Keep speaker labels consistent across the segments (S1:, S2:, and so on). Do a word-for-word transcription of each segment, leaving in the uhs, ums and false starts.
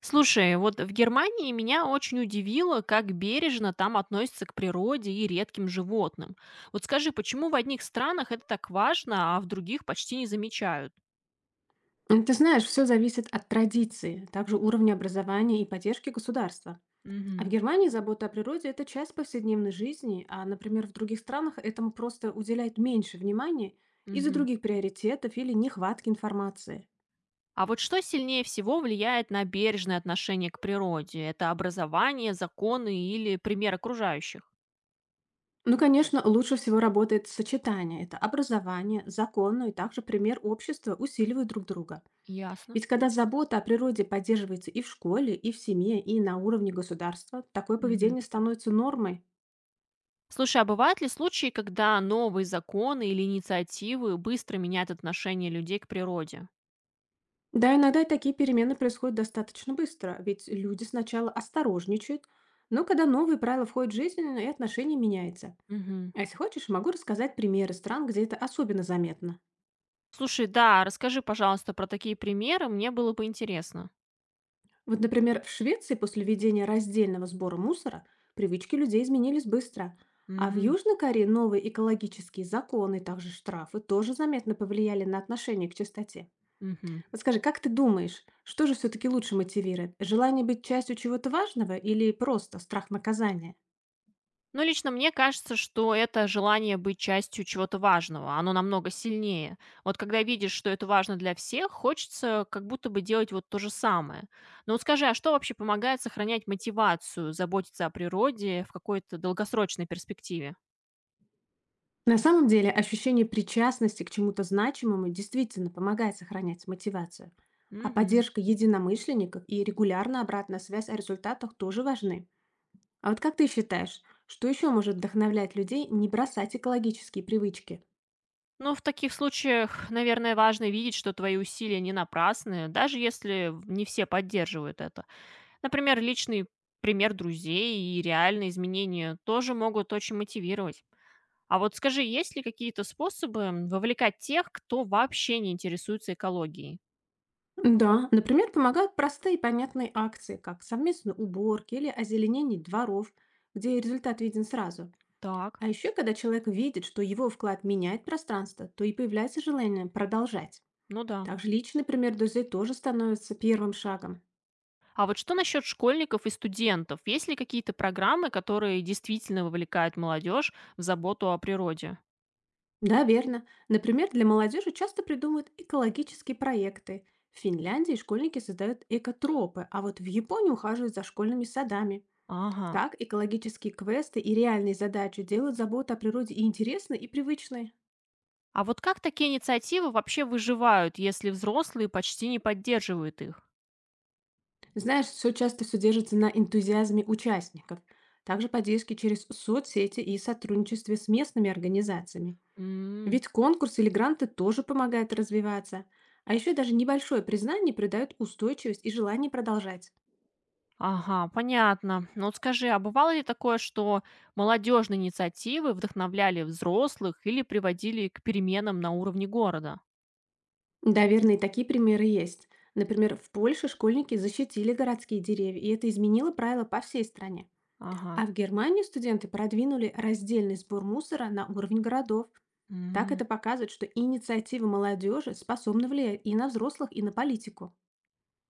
S1: Слушай, вот в Германии меня очень удивило, как бережно там относятся к природе и редким животным. Вот скажи, почему в одних странах это так важно, а в других почти не замечают?
S2: М, Ты знаешь, все зависит от традиции, также уровня образования и поддержки государства. А в
S1: Мгм,
S2: Германии забота о природе – это часть повседневной жизни, а, например, в других странах этому просто уделяют меньше внимания из-за
S1: мгм.
S2: других приоритетов или нехватки информации.
S1: А вот что сильнее всего влияет на бережное отношение к природе? Это образование, законы или пример окружающих?
S2: Ну, конечно, лучше всего работает сочетание. Это образование, закон, ну и также пример общества усиливают друг друга.
S1: Ясно.
S2: Ведь когда забота о природе поддерживается и в школе, и в семье, и на уровне государства, такое
S1: Мгм.
S2: поведение становится нормой.
S1: Слушай, а бывают ли случаи, когда новые законы или инициативы быстро меняют отношение людей к природе?
S2: Да, иногда и такие перемены происходят достаточно быстро, ведь люди сначала осторожничают, но когда новые правила входят в жизнь, ну и отношение меняется.
S1: Мгм.
S2: А если хочешь, могу рассказать примеры стран, где это особенно заметно.
S1: Слушай, да, расскажи, пожалуйста, про такие примеры, мне было бы интересно.
S2: Вот, например, в Швеции после введения раздельного сбора мусора привычки людей изменились быстро, а в
S1: М,
S2: Южной Корее новые экологические законы, также штрафы, тоже заметно повлияли на отношение к чистоте.
S1: мгм.
S2: Вот скажи, как ты думаешь, что же все-таки лучше мотивирует? Желание быть частью чего-то важного или просто страх наказания?
S1: Ну, лично мне кажется, что это желание быть частью чего-то важного, оно намного сильнее. Вот когда видишь, что это важно для всех, хочется как будто бы делать вот то же самое. Но вот скажи, а что вообще помогает сохранять мотивацию, заботиться о природе в какой-то долгосрочной перспективе?
S2: На самом деле, ощущение причастности к чему-то значимому действительно помогает сохранять мотивацию. А
S1: Мгм.
S2: поддержка единомышленников и регулярная обратная связь о результатах тоже важны. А вот как ты считаешь, что еще может вдохновлять людей не бросать экологические привычки?
S1: Ну, в таких случаях, наверное, важно видеть, что твои усилия не напрасны, даже если в- не все поддерживают это. Например, личный пример друзей и реальные изменения тоже могут очень мотивировать. А вот скажи, есть ли какие-то способы м, вовлекать тех, кто вообще не интересуется экологией?
S2: Да, например, помогают простые и понятные акции, как совместные уборки или озеленение дворов, где результат виден сразу.
S1: Так,
S2: А еще, когда человек видит, что его вклад меняет пространство, то и появляется желание продолжать.
S1: ну да.
S2: Также личный пример друзей тоже становится первым шагом.
S1: А вот что насчет школьников и студентов? Есть ли какие-то программы, которые действительно вовлекают молодежь в заботу о природе?
S2: Да, верно. Например, для молодежи часто придумывают экологические проекты. В Финляндии школьники создают экотропы, а вот в Японии ухаживают за школьными садами.
S1: Ага.
S2: Так экологические квесты и реальные задачи делают заботу о природе и интересной, и привычной.
S1: А вот как такие инициативы вообще выживают, если взрослые почти не поддерживают их?
S2: Знаешь, все часто все держится на энтузиазме участников, также поддержке через соцсети и сотрудничестве с местными организациями.
S1: М.
S2: Ведь конкурс или гранты тоже помогают развиваться. А еще даже небольшое признание придает устойчивость и желание продолжать.
S1: Ага, понятно. Ну вот скажи, а бывало ли такое, что молодежные инициативы вдохновляли взрослых или приводили к переменам на уровне города?
S2: Да, верно, и такие примеры есть. Например, в Польше школьники защитили городские деревья, и это изменило правила по всей стране.
S1: Ага.
S2: А в Германии студенты продвинули раздельный сбор мусора на уровень городов. Так
S1: Мгм.
S2: это показывает, что инициатива молодежи способна влиять и на взрослых, и на политику.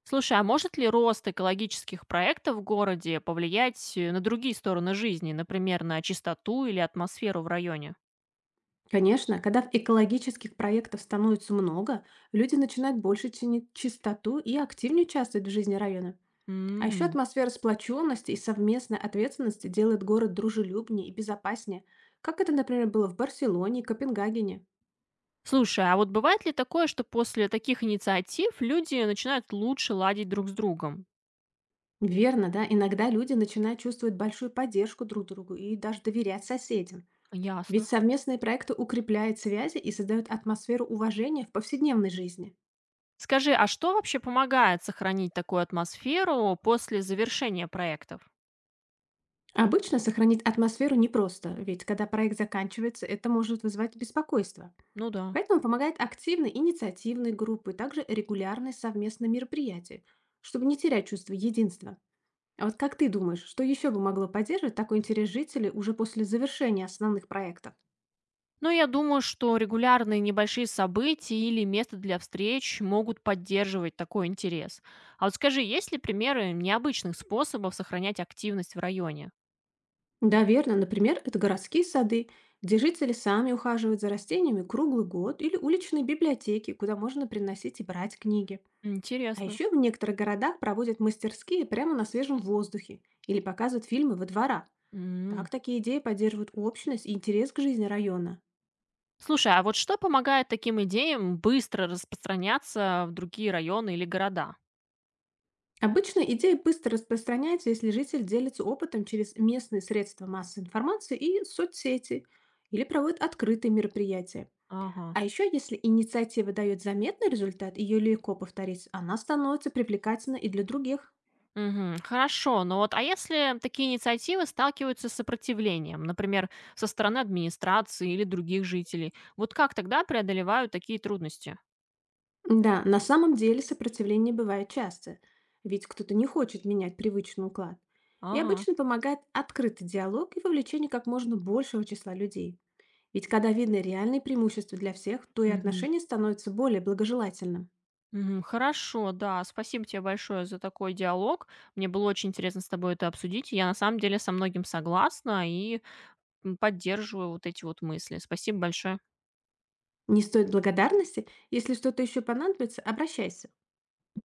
S1: Слушай, а может ли рост экологических проектов в городе повлиять э, на другие стороны жизни, например, на чистоту или атмосферу в районе?
S2: Конечно, когда в экологических проектов становится много, люди начинают больше ценить чистоту и активнее участвовать в жизни района. А еще
S1: Мгм.
S2: атмосфера сплоченности и совместной ответственности делает город дружелюбнее и безопаснее, как это, например, было в Барселоне и Копенгагене.
S1: Слушай, а вот бывает ли такое, что после таких инициатив люди начинают лучше ладить друг с другом?
S2: Верно, да. Иногда люди начинают чувствовать большую поддержку друг другу и даже доверять соседям. Ведь
S1: Ясно.
S2: совместные проекты укрепляют связи и создают атмосферу уважения в повседневной жизни.
S1: Скажи, а что вообще помогает сохранить такую атмосферу после завершения проектов?
S2: Обычно сохранить атмосферу непросто, ведь когда проект заканчивается, это может вызвать беспокойство.
S1: Ну да.
S2: Поэтому помогает активные инициативные группы, также регулярные совместные мероприятия, чтобы не терять чувство единства. А вот как ты думаешь, что еще бы могло поддерживать такой интерес жителей уже после завершения основных проектов?
S1: Ну, я думаю, что регулярные небольшие события или место для встреч могут поддерживать такой интерес. А вот скажи, есть ли примеры необычных способов сохранять активность в районе?
S2: Да, верно. Например, это городские сады, где жители сами ухаживают за растениями круглый год, или уличные библиотеки, куда можно приносить и брать книги. А
S1: Интересно.
S2: еще в некоторых городах проводят мастерские прямо на свежем воздухе или показывают фильмы во дворах.
S1: М.
S2: Так такие идеи поддерживают общность и интерес к жизни района.
S1: Слушай, а вот что помогает таким идеям быстро распространяться в другие районы или города?
S2: Обычно идеи быстро распространяются, если житель делится опытом через местные средства массовой информации и соцсети или проводит открытые мероприятия.
S1: Ага.
S2: А еще, если инициатива дает заметный результат, ее легко повторить, она становится привлекательна и для других.
S1: Мгм. Хорошо, но вот а если такие инициативы сталкиваются с сопротивлением, например, со стороны администрации или других жителей, вот как тогда преодолевают такие трудности?
S2: Да, на самом деле сопротивление бывает часто, ведь кто-то не хочет менять привычный уклад. И
S1: Ага.
S2: обычно помогает открытый диалог и вовлечение как можно большего числа людей. Ведь когда видно реальные преимущества для всех, то и
S1: Мгм.
S2: отношение становится более благожелательным.
S1: Мгм. Хорошо, да, спасибо тебе большое за такой диалог. Мне было очень интересно с тобой это обсудить. Я на самом деле со многим согласна и м, поддерживаю вот эти вот мысли. Спасибо большое.
S2: Не стоит благодарности, если что-то еще понадобится, обращайся.